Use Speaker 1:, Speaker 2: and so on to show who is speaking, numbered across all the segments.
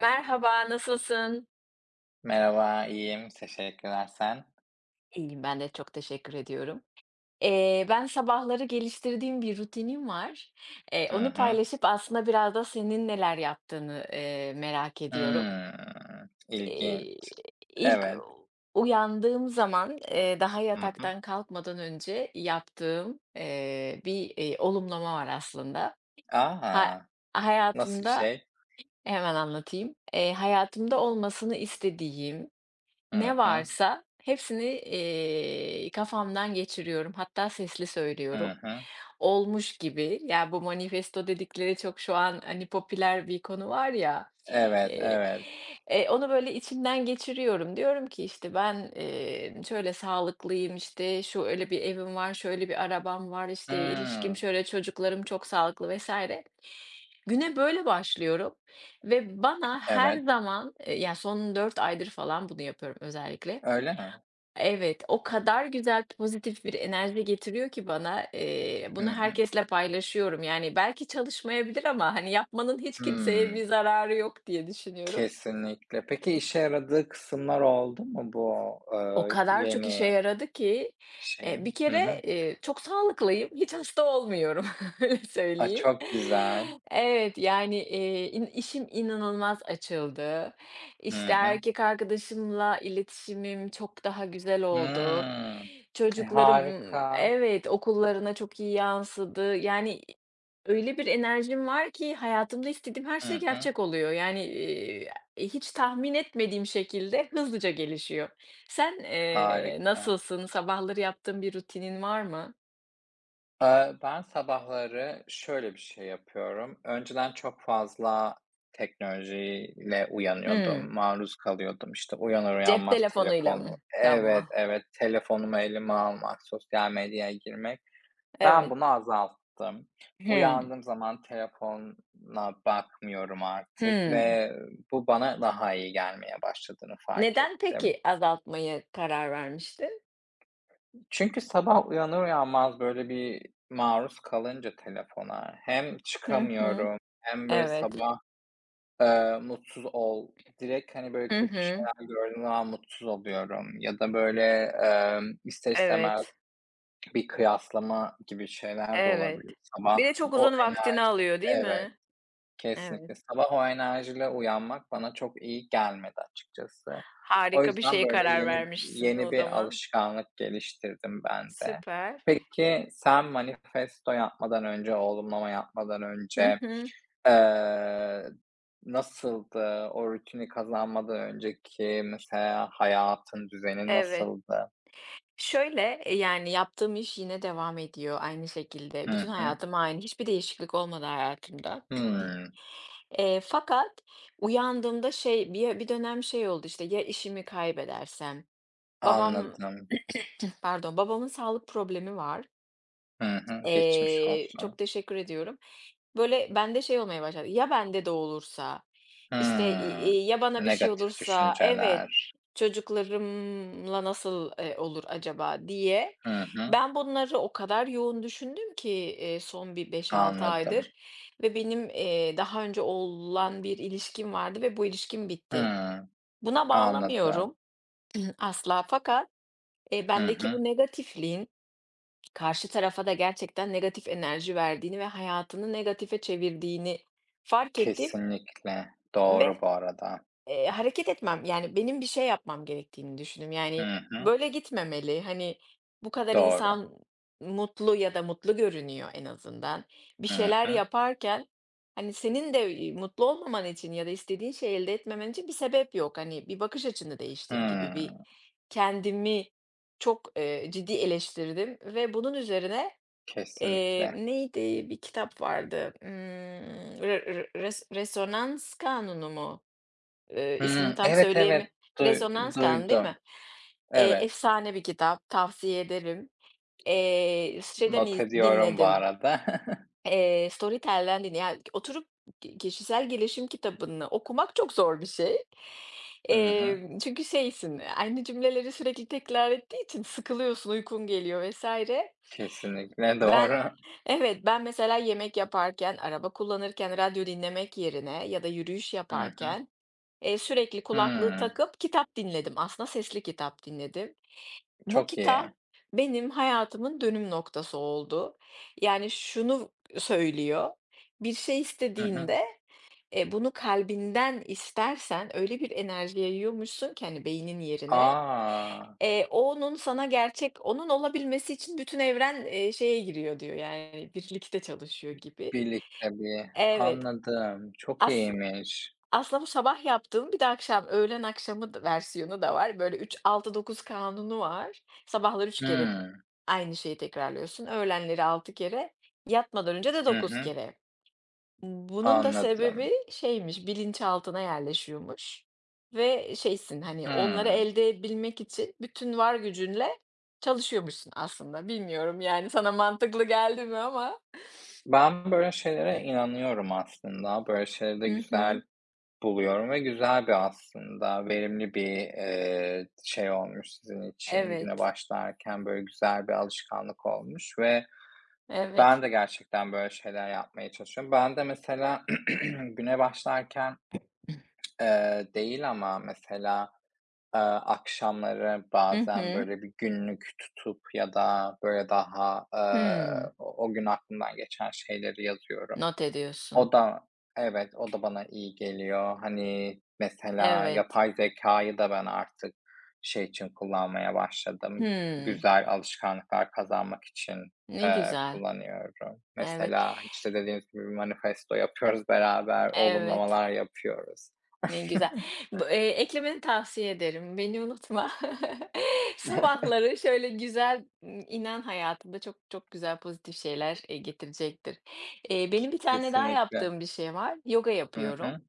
Speaker 1: Merhaba, nasılsın?
Speaker 2: Merhaba, iyiyim. Teşekkürler. Sen?
Speaker 1: İyiyim, ben de çok teşekkür ediyorum. Ben sabahları geliştirdiğim bir rutinim var.
Speaker 2: Hı
Speaker 1: Onu
Speaker 2: hı.
Speaker 1: paylaşıp aslında biraz da senin neler yaptığını, merak ediyorum.
Speaker 2: Hımm.
Speaker 1: Eee,
Speaker 2: İlginç.
Speaker 1: ilk
Speaker 2: Evet.
Speaker 1: uyandığım zaman, daha
Speaker 2: Hı hı.
Speaker 1: yataktan kalkmadan önce yaptığım, bir, olumlama var aslında. Ha,
Speaker 2: A! Nasıl bir
Speaker 1: hayatımda
Speaker 2: şey?
Speaker 1: hemen anlatayım. Hayatımda olmasını istediğim,
Speaker 2: Hı
Speaker 1: ne
Speaker 2: hı.
Speaker 1: varsa hepsini, kafamdan geçiriyorum. Hatta sesli
Speaker 2: Hı
Speaker 1: söylüyorum.
Speaker 2: hı.
Speaker 1: Olmuş gibi. Ya, bu manifesto dedikleri çok şu an, hani, popüler bir konu var ya.
Speaker 2: Evet,
Speaker 1: Eee,
Speaker 2: evet.
Speaker 1: Onu böyle içimden geçiriyorum. Diyorum ki, işte, ben, şöyle sağlıklıyım, işte, şu öyle bir evim var, şöyle bir arabam var, işte, ilişkim
Speaker 2: Hımm.
Speaker 1: şöyle, çocuklarım çok sağlıklı vesaire. Güne böyle başlıyorum ve bana her
Speaker 2: Evet.
Speaker 1: zaman, ya, son 4 aydır falan bunu yapıyorum özellikle.
Speaker 2: Öyle mi?
Speaker 1: Evet, o kadar güzel pozitif bir enerji getiriyor ki bana,
Speaker 2: Hı
Speaker 1: bunu
Speaker 2: hı.
Speaker 1: herkesle paylaşıyorum. Yani belki çalışmayabilir ama, hani, yapmanın hiç kimseye
Speaker 2: Hımm.
Speaker 1: bir zararı yok diye düşünüyorum.
Speaker 2: Kesinlikle. Peki işe yaradığı kısımlar oldu mu bu,
Speaker 1: O kadar çok işe
Speaker 2: yeni
Speaker 1: yaradı ki, bir
Speaker 2: şeyin? Hı
Speaker 1: kere,
Speaker 2: hı.
Speaker 1: çok sağlıklıyım, hiç hasta olmuyorum, öyle
Speaker 2: A,
Speaker 1: söyleyeyim.
Speaker 2: çok güzel.
Speaker 1: Evet, yani, in işim inanılmaz açıldı.
Speaker 2: Hı
Speaker 1: İşte,
Speaker 2: hı.
Speaker 1: erkek arkadaşımla iletişimim çok daha güzel oldu.
Speaker 2: Hımm. E,
Speaker 1: Çocuklarım.
Speaker 2: harika.
Speaker 1: Evet, okullarına çok iyi yansıdı. Yani, öyle bir enerjim var ki hayatımda istediğim her
Speaker 2: Hı
Speaker 1: şey
Speaker 2: hı.
Speaker 1: gerçek oluyor. Yani, hiç tahmin etmediğim şekilde hızlıca gelişiyor. Sen,
Speaker 2: Harika.
Speaker 1: nasılsın? Sabahları yaptığın bir rutinin var mı?
Speaker 2: Ben sabahları şöyle bir şey yapıyorum. Önceden çok fazla teknolojiyle
Speaker 1: Hımm.
Speaker 2: uyanıyordum, maruz kalıyordum. İşte uyanır
Speaker 1: Cep
Speaker 2: uyanmaz
Speaker 1: telefonuyla mı?
Speaker 2: telefonu. Evet,
Speaker 1: Tamam.
Speaker 2: evet, telefonumu elime almak, sosyal medyaya girmek. Ben
Speaker 1: Evet.
Speaker 2: bunu azalttım.
Speaker 1: Hımm.
Speaker 2: Uyandığım zaman telefona bakmıyorum artık
Speaker 1: Hımm.
Speaker 2: ve bu bana daha iyi gelmeye başladığını fark
Speaker 1: Neden
Speaker 2: ettim.
Speaker 1: peki azaltmaya karar vermiştin?
Speaker 2: Çünkü sabah uyanır uyanmaz böyle bir maruz kalınca telefona hem
Speaker 1: Hı hı.
Speaker 2: çıkamıyorum hem böyle
Speaker 1: Evet.
Speaker 2: sabah, mutsuz ol direkt, hani, böyle
Speaker 1: Hı
Speaker 2: kötü
Speaker 1: hı.
Speaker 2: şeyler gördüğüm zaman mutsuz oluyorum ya da böyle, ister istemez
Speaker 1: Evet.
Speaker 2: bir kıyaslama gibi şeyler de
Speaker 1: Evet.
Speaker 2: olabiliyor
Speaker 1: Bir
Speaker 2: sabah.
Speaker 1: de çok
Speaker 2: O
Speaker 1: uzun vaktini
Speaker 2: ener
Speaker 1: alıyor, değil
Speaker 2: Evet.
Speaker 1: mi? Evet.
Speaker 2: Kesinlikle. Sabah o enerjiyle uyanmak bana çok iyi gelmedi açıkçası. O
Speaker 1: Harika bir
Speaker 2: yüzden
Speaker 1: şeye
Speaker 2: böyle
Speaker 1: karar
Speaker 2: yeni
Speaker 1: vermişsin
Speaker 2: yeni
Speaker 1: o
Speaker 2: bir
Speaker 1: zaman.
Speaker 2: alışkanlık geliştirdim ben de.
Speaker 1: Süper.
Speaker 2: Peki sen manifesto yapmadan önce, olumlama yapmadan
Speaker 1: Hı
Speaker 2: önce,
Speaker 1: hı.
Speaker 2: eee, nasıldı? O rutini kazanmadan önceki mesela hayatın düzeni
Speaker 1: Evet.
Speaker 2: nasıldı?
Speaker 1: Şöyle, yani, yaptığım iş yine devam ediyor aynı şekilde. Bütün
Speaker 2: Hı hı.
Speaker 1: hayatım aynı. Hiçbir değişiklik olmadı hayatımda.
Speaker 2: Hımm,
Speaker 1: Fakat uyandığımda şey, bir dönem şey oldu, işte, ya işimi kaybedersem? Babam,
Speaker 2: anladım.
Speaker 1: pardon, babamın sağlık problemi var.
Speaker 2: Hı hı. Geçmiş
Speaker 1: Çok
Speaker 2: olsun.
Speaker 1: teşekkür ediyorum. Böyle, bende şey olmaya başladı, ya bende de olursa, işte,
Speaker 2: Hımm.
Speaker 1: ya bana bir şey
Speaker 2: Negatif
Speaker 1: olursa, evet,
Speaker 2: düşünceler.
Speaker 1: çocuklarımla nasıl, olur acaba diye
Speaker 2: Hı hı.
Speaker 1: ben bunları o kadar yoğun düşündüm ki, son bir beş altı aydır
Speaker 2: Anladım.
Speaker 1: ve benim, daha önce olan bir ilişkim vardı ve bu ilişkim bitti.
Speaker 2: Hıı.
Speaker 1: Buna bağlamıyorum
Speaker 2: Anladım.
Speaker 1: asla fakat,
Speaker 2: Hı
Speaker 1: bendeki
Speaker 2: hı.
Speaker 1: bu negatifliğin karşı tarafa da gerçekten negatif enerji verdiğini ve hayatını negatife çevirdiğini fark ettim
Speaker 2: Kesinlikle. Doğru
Speaker 1: ve,
Speaker 2: bu arada.
Speaker 1: hareket etmem, yani, benim bir şey yapmam gerektiğini düşündüm.
Speaker 2: Hı
Speaker 1: Yani,
Speaker 2: hı.
Speaker 1: böyle gitmemeli. Hani, bu kadar
Speaker 2: Doğru.
Speaker 1: insan mutlu ya da mutlu görünüyor en azından. Bir
Speaker 2: Hı
Speaker 1: şeyler
Speaker 2: hı.
Speaker 1: yaparken, hani, senin de, mutlu olmaman için ya da istediğin şeyi elde etmemen için bir sebep yok. Hani, bir bakış açını değiştir gibi bir
Speaker 2: Hıı.
Speaker 1: kendimi çok, ciddi eleştirdim ve bunun üzerine
Speaker 2: Kesinlikle.
Speaker 1: neydi, bir kitap vardı, re re res Resonans Kanunu mu? İsmini
Speaker 2: Hıı.
Speaker 1: tam
Speaker 2: Evet, evet.
Speaker 1: söyleyemi
Speaker 2: Duy
Speaker 1: Resonans Kanunu değil mi?
Speaker 2: duydum. Evet.
Speaker 1: Efsane bir kitap, tavsiye ederim. Şeyden
Speaker 2: Not
Speaker 1: iz
Speaker 2: ediyorum bu
Speaker 1: dinledim,
Speaker 2: arada.
Speaker 1: Storytel'den dinle. Yani oturup ki kişisel gelişim kitabını okumak çok zor bir şey.
Speaker 2: Hı hı.
Speaker 1: Çünkü şeysin, aynı cümleleri sürekli tekrar ettiği için sıkılıyorsun, uykun geliyor vesaire.
Speaker 2: Kesinlikle
Speaker 1: Ben
Speaker 2: doğru.
Speaker 1: evet, ben mesela yemek yaparken, araba kullanırken radyo dinlemek yerine ya da yürüyüş
Speaker 2: Hı hı.
Speaker 1: yaparken, sürekli kulaklığı
Speaker 2: Hıı.
Speaker 1: takıp kitap dinledim. Aslında sesli kitap dinledim. Bu
Speaker 2: Çok
Speaker 1: kitap
Speaker 2: iyi.
Speaker 1: benim hayatımın dönüm noktası oldu. Yani şunu söylüyor, bir şey
Speaker 2: Hı hı.
Speaker 1: istediğinde, bunu kalbinden istersen öyle bir enerji yayıyormuşsun ki, hani, beynin yerine
Speaker 2: A!
Speaker 1: Onun sana gerçek onun olabilmesi için bütün evren, şeye giriyor diyor, yani, birlikte çalışıyor gibi.
Speaker 2: Birlikte bir.
Speaker 1: Evet.
Speaker 2: Anladım. Çok
Speaker 1: As
Speaker 2: iyiymiş.
Speaker 1: Aslında bu sabah yaptığım bir de akşam, öğlen akşamı da versiyonu da var. Böyle 3-6-9 kanunu var. Sabahları 3 kere
Speaker 2: Hıı.
Speaker 1: aynı şeyi tekrarlıyorsun. Öğlenleri 6 kere, yatmadan önce de
Speaker 2: Hı
Speaker 1: 9
Speaker 2: hı.
Speaker 1: kere. Bunun da sebebi
Speaker 2: Anladım.
Speaker 1: şeymiş, bilinçaltına yerleşiyormuş ve şeysin, hani, onları
Speaker 2: Hımm.
Speaker 1: elde edebilmek için bütün var gücünle çalışıyormuşsun aslında. Bilmiyorum, yani, sana mantıklı geldi mi ama.
Speaker 2: Ben böyle şeylere inanıyorum aslında. Böyle şeyleri de
Speaker 1: Hı hı.
Speaker 2: güzel buluyorum ve güzel bir aslında verimli bir, şey olmuş sizin için. Güne
Speaker 1: Evet,
Speaker 2: başlarken böyle güzel bir alışkanlık olmuş ve ben
Speaker 1: evet.
Speaker 2: de gerçekten böyle şeyler yapmaya çalışıyorum. Ben de mesela güne başlarken, değil ama mesela, akşamları
Speaker 1: Hı
Speaker 2: bazen
Speaker 1: hı.
Speaker 2: böyle bir günlük tutup ya da böyle daha,
Speaker 1: Hımm.
Speaker 2: o gün aklımdan geçen şeyleri yazıyorum.
Speaker 1: Not ediyorsun.
Speaker 2: O da. Evet, o da bana iyi geliyor. Hani, mesela
Speaker 1: Evet.
Speaker 2: yapay zekayı da ben artık şey için kullanmaya başladım,
Speaker 1: Hımm.
Speaker 2: güzel alışkanlıklar kazanmak için,
Speaker 1: Ne güzel.
Speaker 2: kullanıyorum.
Speaker 1: Evet,
Speaker 2: Mesela, işte, dediğimiz gibi bir manifesto yapıyoruz beraber,
Speaker 1: evet.
Speaker 2: olumlamalar yapıyoruz.
Speaker 1: Ne güzel. Bu, eklemeni tavsiye ederim. Beni unutma. Sabahları şöyle güzel, inan hayatında çok çok güzel pozitif şeyler, getirecektir. Benim bir tane daha
Speaker 2: Kesinlikle.
Speaker 1: yaptığım bir şey var. Yoga
Speaker 2: Hı hı.
Speaker 1: yapıyorum.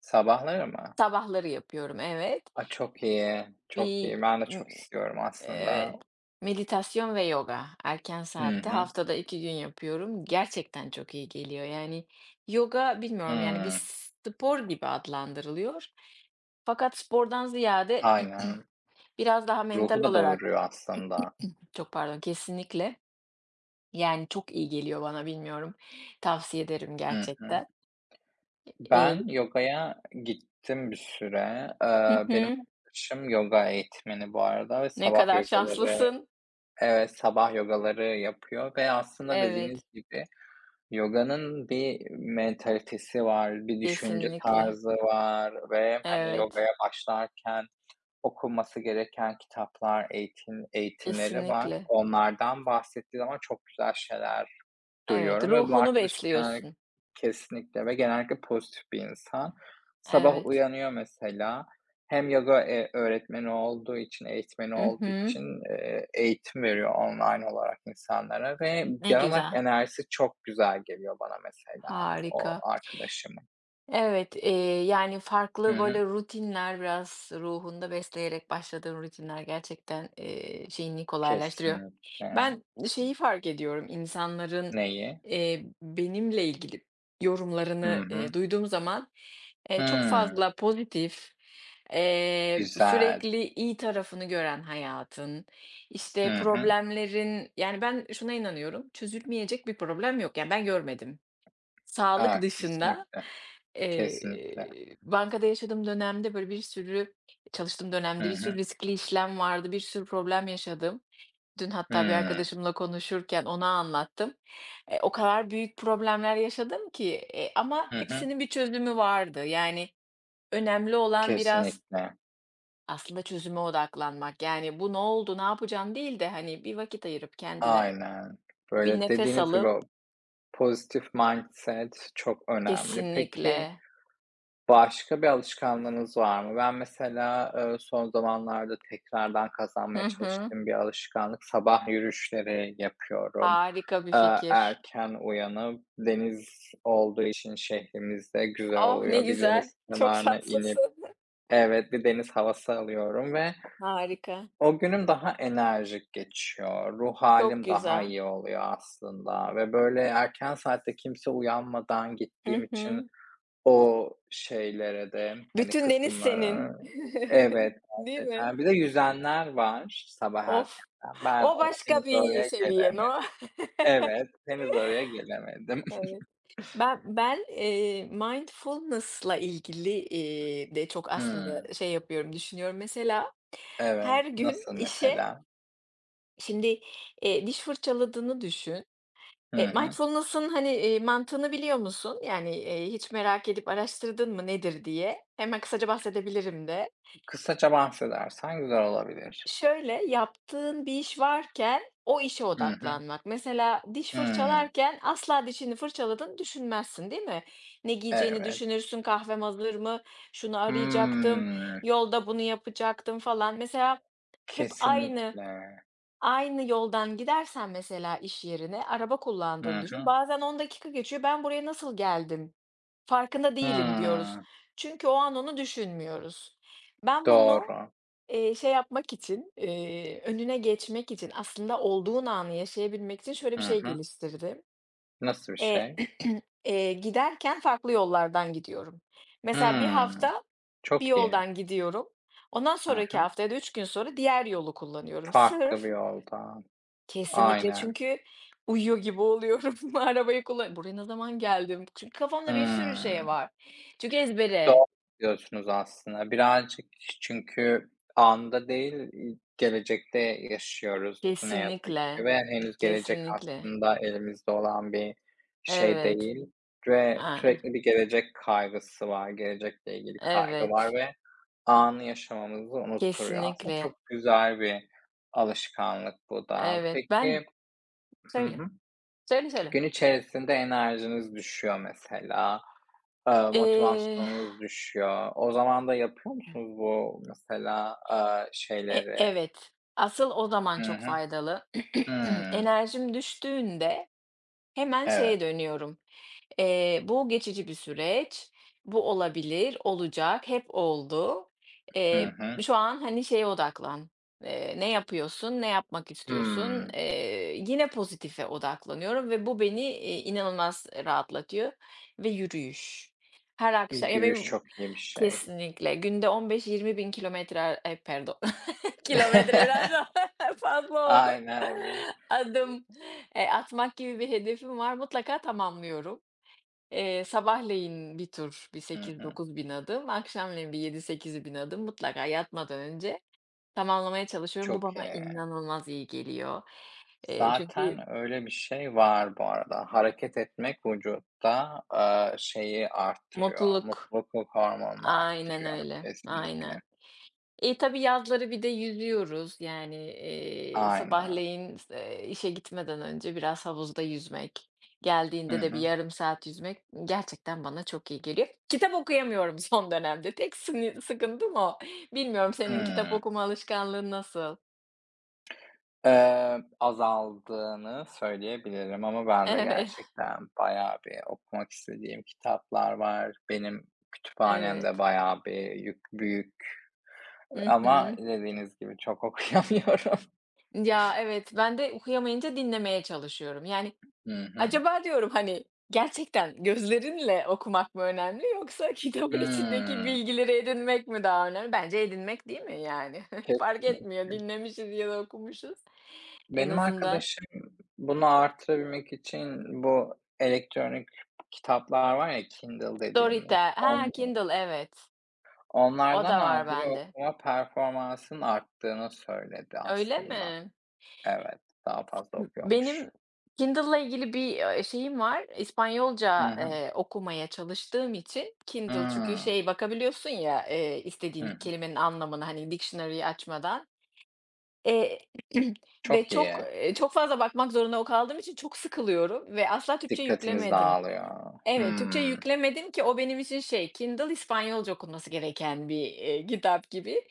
Speaker 2: Sabahları mı?
Speaker 1: Sabahları yapıyorum, evet.
Speaker 2: A, çok iyi, çok
Speaker 1: Bir,
Speaker 2: iyi. Ben de
Speaker 1: ımm,
Speaker 2: çok istiyorum aslında.
Speaker 1: evet, meditasyon ve yoga erken
Speaker 2: Hı
Speaker 1: saatte
Speaker 2: hı.
Speaker 1: haftada 2 gün yapıyorum. Gerçekten çok iyi geliyor. Yani yoga bilmiyorum, yani, bir
Speaker 2: Hımm.
Speaker 1: spor gibi adlandırılıyor. Fakat spordan ziyade
Speaker 2: Aynen.
Speaker 1: biraz daha mental
Speaker 2: Ruhu da
Speaker 1: olarak.
Speaker 2: doyuruyor aslında.
Speaker 1: Çok pardon, kesinlikle. Yani, çok iyi geliyor bana, bilmiyorum. Tavsiye ederim
Speaker 2: Hı hı.
Speaker 1: gerçekten. Eee
Speaker 2: Ben yogaya gittim bir süre.
Speaker 1: Hı
Speaker 2: Benim
Speaker 1: hı.
Speaker 2: arkadaşım yoga eğitmeni bu arada ve
Speaker 1: Ne
Speaker 2: sabah
Speaker 1: kadar
Speaker 2: yogaları.
Speaker 1: şanslısın.
Speaker 2: Evet, sabah yogaları yapıyor ve aslında dediğiniz
Speaker 1: Evet,
Speaker 2: gibi yoganın bir mentalitesi var, bir düşünce
Speaker 1: kesinlikle.
Speaker 2: tarzı var ve, hani,
Speaker 1: Evet,
Speaker 2: yogaya başlarken okunması gereken kitaplar, eğitim eğitimleri var.
Speaker 1: kesinlikle.
Speaker 2: Onlardan bahsettiği zaman çok güzel şeyler
Speaker 1: Evet,
Speaker 2: duyuyorum ve bu
Speaker 1: ruhunu
Speaker 2: arkadaşım genellikle
Speaker 1: besliyorsun.
Speaker 2: kesinlikle ve genellikle pozitif bir insan. Sabah
Speaker 1: Evet.
Speaker 2: uyanıyor mesela, hem yoga, öğretmeni olduğu için, eğitmeni
Speaker 1: Hı
Speaker 2: olduğu
Speaker 1: hı.
Speaker 2: için, eğitim veriyor online olarak insanlara ve
Speaker 1: Ne
Speaker 2: genel olarak
Speaker 1: güzel.
Speaker 2: enerjisi çok güzel geliyor bana mesela
Speaker 1: Harika.
Speaker 2: o arkadaşımın.
Speaker 1: Evet, yani,
Speaker 2: Hı
Speaker 1: farklı,
Speaker 2: hı.
Speaker 1: böyle, rutinler biraz ruhunda besleyerek başladığın rutinler gerçekten, şeyini kolaylaştırıyor.
Speaker 2: Kesinlikle.
Speaker 1: Ben şeyi fark ediyorum, insanların,
Speaker 2: Neyi?
Speaker 1: benimle ilgili
Speaker 2: Hı
Speaker 1: yorumlarını,
Speaker 2: hı.
Speaker 1: duyduğum zaman, çok
Speaker 2: Hımm,
Speaker 1: fazla pozitif,
Speaker 2: güzel.
Speaker 1: sürekli iyi tarafını gören hayatın,
Speaker 2: Hı
Speaker 1: işte,
Speaker 2: hı.
Speaker 1: problemlerin. Yani, ben şuna inanıyorum, çözülmeyecek bir problem yok. Yani, ben görmedim.
Speaker 2: A,
Speaker 1: Sağlık dışında,
Speaker 2: kesinlikle, kesinlikle.
Speaker 1: bankada yaşadığım dönemde, böyle, bir sürü çalıştığım
Speaker 2: Hı
Speaker 1: dönemde bir
Speaker 2: hı.
Speaker 1: sürü riskli işlem vardı, bir sürü problem yaşadım. Dün hatta bir
Speaker 2: Hımm.
Speaker 1: arkadaşımla konuşurken ona anlattım. O kadar büyük problemler yaşadım ki, ama
Speaker 2: Hı hı. hı.
Speaker 1: hepsinin bir çözümü vardı. Yani, önemli olan biraz
Speaker 2: Kesinlikle.
Speaker 1: aslında çözüme odaklanmak. Yani, "Bu ne oldu, ne yapacağım?" değil de, hani, bir vakit ayırıp kendine,
Speaker 2: Aynen.
Speaker 1: bir
Speaker 2: Böyle
Speaker 1: nefes
Speaker 2: dediğiniz gibi
Speaker 1: alıp.
Speaker 2: o pozitif mindset çok önemli.
Speaker 1: Kesinlikle.
Speaker 2: Peki başka bir alışkanlığınız var mı? Ben mesela, son zamanlarda tekrardan
Speaker 1: Hı
Speaker 2: kazanmaya
Speaker 1: hı.
Speaker 2: çalıştığım bir alışkanlık, sabah yürüyüşleri yapıyorum.
Speaker 1: Harika bir fikir.
Speaker 2: Erken uyanıp deniz olduğu için şehrimizde güzel
Speaker 1: Oh, ne
Speaker 2: oluyor. Bir
Speaker 1: güzel.
Speaker 2: deniz
Speaker 1: Çok
Speaker 2: kenarına inip.
Speaker 1: şanslısın.
Speaker 2: Evet, bir deniz havası alıyorum ve
Speaker 1: Harika.
Speaker 2: o günüm daha enerjik geçiyor. Ruh
Speaker 1: Çok
Speaker 2: halim daha
Speaker 1: güzel.
Speaker 2: iyi oluyor aslında ve, böyle, erken saatte kimse uyanmadan
Speaker 1: Hı
Speaker 2: gittiğim için
Speaker 1: hı.
Speaker 2: o şeylere de, hani,
Speaker 1: Bütün deniz
Speaker 2: kısımlara.
Speaker 1: senin.
Speaker 2: Evet,
Speaker 1: Değil mi?
Speaker 2: gerçekten. Bir de yüzenler var sabah
Speaker 1: Of!
Speaker 2: erkenden. Ben
Speaker 1: O
Speaker 2: o
Speaker 1: başka
Speaker 2: henüz oraya
Speaker 1: bir seviyen
Speaker 2: gelemedim.
Speaker 1: o.
Speaker 2: Evet, henüz oraya gelemedim.
Speaker 1: Evet. Ben, mindfulness'la ilgili, de çok aslında
Speaker 2: Hımm.
Speaker 1: şey yapıyorum, düşünüyorum. Mesela her
Speaker 2: Evet.
Speaker 1: gün
Speaker 2: Nasıl
Speaker 1: işe
Speaker 2: mesela?
Speaker 1: şimdi, diş fırçaladığını düşün. E,
Speaker 2: Hı hı.
Speaker 1: mindfulness'ın, hani, mantığını biliyor musun? Yani, hiç merak edip araştırdın mı nedir diye? Hemen kısaca bahsedebilirim de.
Speaker 2: Kısaca bahsedersen güzel olabilir.
Speaker 1: Şöyle, yaptığın bir iş varken o işe
Speaker 2: Hı hı.
Speaker 1: odaklanmak. Mesela diş
Speaker 2: Hımm.
Speaker 1: fırçalarken asla dişini fırçaladın düşünmezsin, değil mi? Ne giyeceğini
Speaker 2: Evet.
Speaker 1: düşünürsün, kahvem hazır mı, şunu arayacaktım,
Speaker 2: Hımm.
Speaker 1: yolda bunu yapacaktım falan. Mesela hep aynı
Speaker 2: Kesinlikle.
Speaker 1: aynı yoldan gidersen mesela iş yerine, araba
Speaker 2: Hı
Speaker 1: kullandığını düşün.
Speaker 2: hı.
Speaker 1: Bazen 10 dakika geçiyor, "Ben buraya nasıl geldim? Farkında değilim." diyoruz.
Speaker 2: Hıı.
Speaker 1: Çünkü o an onu düşünmüyoruz. Ben bunu,
Speaker 2: Doğru.
Speaker 1: şey yapmak için, önüne geçmek için, aslında olduğun anı yaşayabilmek için şöyle bir
Speaker 2: Hı
Speaker 1: şey
Speaker 2: hı.
Speaker 1: geliştirdim.
Speaker 2: Nasıl bir
Speaker 1: Eee,
Speaker 2: şey?
Speaker 1: giderken farklı yollardan gidiyorum. Mesela bir
Speaker 2: Hıı.
Speaker 1: hafta bir
Speaker 2: Çok iyi.
Speaker 1: yoldan gidiyorum. Ondan
Speaker 2: Hı
Speaker 1: sonraki
Speaker 2: hı.
Speaker 1: hafta ya da 3 gün sonra diğer yolu kullanıyorum.
Speaker 2: Farklı bir
Speaker 1: Sırf
Speaker 2: yoldan.
Speaker 1: kesinlikle
Speaker 2: Aynen.
Speaker 1: çünkü uyuyor gibi oluyorum. Arabayı kullan buraya ne zaman geldim? Çünkü kafamda bir sürü şey
Speaker 2: Hımm.
Speaker 1: var. Çünkü ezbere.
Speaker 2: Doğru diyorsunuz aslında. Birazcık çünkü anda değil, gelecekte yaşıyoruz ne yazık ki
Speaker 1: Kesinlikle.
Speaker 2: ve henüz gelecek
Speaker 1: Kesinlikle.
Speaker 2: aslında elimizde olan bir şey
Speaker 1: Evet.
Speaker 2: değil ve
Speaker 1: A,
Speaker 2: sürekli bir gelecek kaygısı var, gelecekle ilgili kaygı var
Speaker 1: evet.
Speaker 2: ve anı yaşamamızı unutturuyor. Aslında
Speaker 1: Kesinlikle.
Speaker 2: çok güzel bir alışkanlık bu da.
Speaker 1: Evet. Ben
Speaker 2: Peki. Hı
Speaker 1: söyle.
Speaker 2: hı.
Speaker 1: Söyle, söyle.
Speaker 2: Gün içerisinde enerjiniz düşüyor mesela,
Speaker 1: Eee,
Speaker 2: motivasyonunuz düşüyor. O zaman da yapıyor musunuz bu mesela, şeyleri?
Speaker 1: evet. Asıl o zaman
Speaker 2: Hı
Speaker 1: çok
Speaker 2: hı.
Speaker 1: faydalı.
Speaker 2: Hımm.
Speaker 1: Enerjim düştüğünde hemen şeye
Speaker 2: Evet.
Speaker 1: dönüyorum. Bu geçici bir süreç. Bu olabilir, olacak, hep oldu.
Speaker 2: Hı
Speaker 1: Eee,
Speaker 2: hı.
Speaker 1: Şu an, hani, şeye odaklan. Ne yapıyorsun, ne yapmak istiyorsun?
Speaker 2: Hımm.
Speaker 1: Yine pozitife odaklanıyorum ve bu beni, inanılmaz rahatlatıyor ve yürüyüş. Her akşam ya,
Speaker 2: Yürüyüş
Speaker 1: benim
Speaker 2: çok iyi bir şey.
Speaker 1: kesinlikle günde 15.000 bin kilometre ay, pardon, kilometre biraz da fazla oldu.
Speaker 2: Aynen öyle.
Speaker 1: Adım, atmak gibi bir hedefim var. Mutlaka tamamlıyorum. Sabahleyin bir tur, bir
Speaker 2: Hı hı.
Speaker 1: 8-9.000 adım, akşamleyin bir 7-8.000 adım mutlaka yatmadan önce tamamlamaya çalışıyorum. Bu
Speaker 2: Çok
Speaker 1: bana
Speaker 2: iyi.
Speaker 1: inanılmaz iyi geliyor. Çünkü
Speaker 2: Zaten öyle bir şey var bu arada. Hareket etmek vücutta, şeyi arttırıyor,
Speaker 1: mutluluk
Speaker 2: mutluluk hormonunu
Speaker 1: aynen
Speaker 2: arttırıyor
Speaker 1: öyle,
Speaker 2: kesinlikle.
Speaker 1: aynen. E, tabii yazları bir de yüzüyoruz. Yani,
Speaker 2: Aynen.
Speaker 1: sabahleyin s işe gitmeden önce biraz havuzda yüzmek,
Speaker 2: Hı
Speaker 1: geldiğinde de bir
Speaker 2: hı.
Speaker 1: yarım saat yüzmek gerçekten bana çok iyi geliyor. Kitap okuyamıyorum son dönemde. Tek sıkıntım o. Bilmiyorum senin kitap
Speaker 2: Hımm.
Speaker 1: okuma alışkanlığın nasıl?
Speaker 2: Azaldığını söyleyebilirim ama ben de
Speaker 1: Evet,
Speaker 2: gerçekten bayağı bir okumak istediğim kitaplar var. Benim kütüphanemde
Speaker 1: evet.
Speaker 2: bayağı bir yük büyük
Speaker 1: Hı
Speaker 2: ama
Speaker 1: hı.
Speaker 2: dediğiniz gibi çok okuyamıyorum.
Speaker 1: Ya, evet, ben de okuyamayınca dinlemeye çalışıyorum. Yani
Speaker 2: Hı hı.
Speaker 1: acaba diyorum, hani, gerçekten gözlerinle okumak mı önemli yoksa kitabın içindeki
Speaker 2: Hımm.
Speaker 1: bilgileri edinmek mi daha önemli? Bence edinmek değil mi yani? Fark etmiyor
Speaker 2: Kesinlikle.
Speaker 1: dinlemişiz ya da okumuşuz. En
Speaker 2: Benim
Speaker 1: azından
Speaker 2: arkadaşım bunu artırabilmek için bu elektronik kitaplar var ya, Kindle dediğimiz,
Speaker 1: Storytel. Ha,
Speaker 2: on
Speaker 1: Kindle evet. O
Speaker 2: onlardan
Speaker 1: da var
Speaker 2: aldı ve
Speaker 1: bende.
Speaker 2: okuma performansının arttığını söyledi
Speaker 1: Öyle
Speaker 2: aslında.
Speaker 1: mi?
Speaker 2: Evet, daha fazla
Speaker 1: Hı
Speaker 2: okuyormuş.
Speaker 1: Benim Kindle'la ilgili bir, şeyim var. İspanyolca,
Speaker 2: Hı hı.
Speaker 1: okumaya çalıştığım için Kindle çünkü
Speaker 2: Hımm.
Speaker 1: şey bakabiliyorsun ya, istediğin
Speaker 2: Hı.
Speaker 1: kelimenin anlamını hani, dictionary'i açmadan. Eee, ve
Speaker 2: Çok
Speaker 1: çok,
Speaker 2: iyi.
Speaker 1: çok fazla bakmak zorunda kaldığım için çok sıkılıyorum ve asla Türkçe
Speaker 2: Dikkatiniz
Speaker 1: yüklemedim.
Speaker 2: dağılıyor.
Speaker 1: Evet, Türkçe
Speaker 2: Hımm.
Speaker 1: yüklemedim ki o benim için şey, Kindle İspanyolca okunması gereken bir, kitap gibi.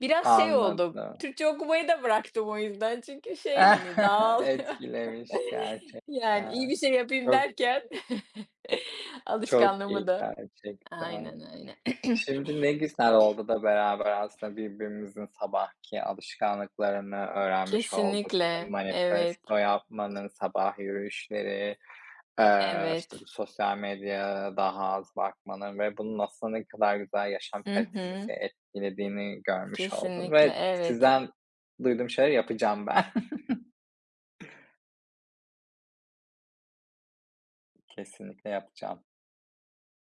Speaker 1: Biraz şey oldum,
Speaker 2: Anladım.
Speaker 1: Türkçe okumayı da bıraktım o yüzden çünkü şey, hani, dağılıyor.
Speaker 2: Etkilemiş
Speaker 1: Yani iyi
Speaker 2: gerçekten.
Speaker 1: bir şey yapayım
Speaker 2: Çok,
Speaker 1: derken
Speaker 2: çok
Speaker 1: alışkanlığımı
Speaker 2: iyi
Speaker 1: da
Speaker 2: gerçekten.
Speaker 1: aynen, aynen.
Speaker 2: Şimdi ne güzel oldu da beraber aslında birbirimizin sabahki alışkanlıklarını öğrenmiş olduk. İşte,
Speaker 1: Kesinlikle. Evet,
Speaker 2: manifesto yapmanın, sabah yürüyüşleri, işte, bu
Speaker 1: evet.
Speaker 2: sosyal medyaya daha az bakmanın ve bunun aslında ne kadar güzel yaşam
Speaker 1: Hı hı.
Speaker 2: kalitemizi etkilediğini görmüş oldum
Speaker 1: Kesinlikle,
Speaker 2: ve
Speaker 1: evet.
Speaker 2: sizden duyduğum şeyleri yapacağım ben. Kesinlikle yapacağım.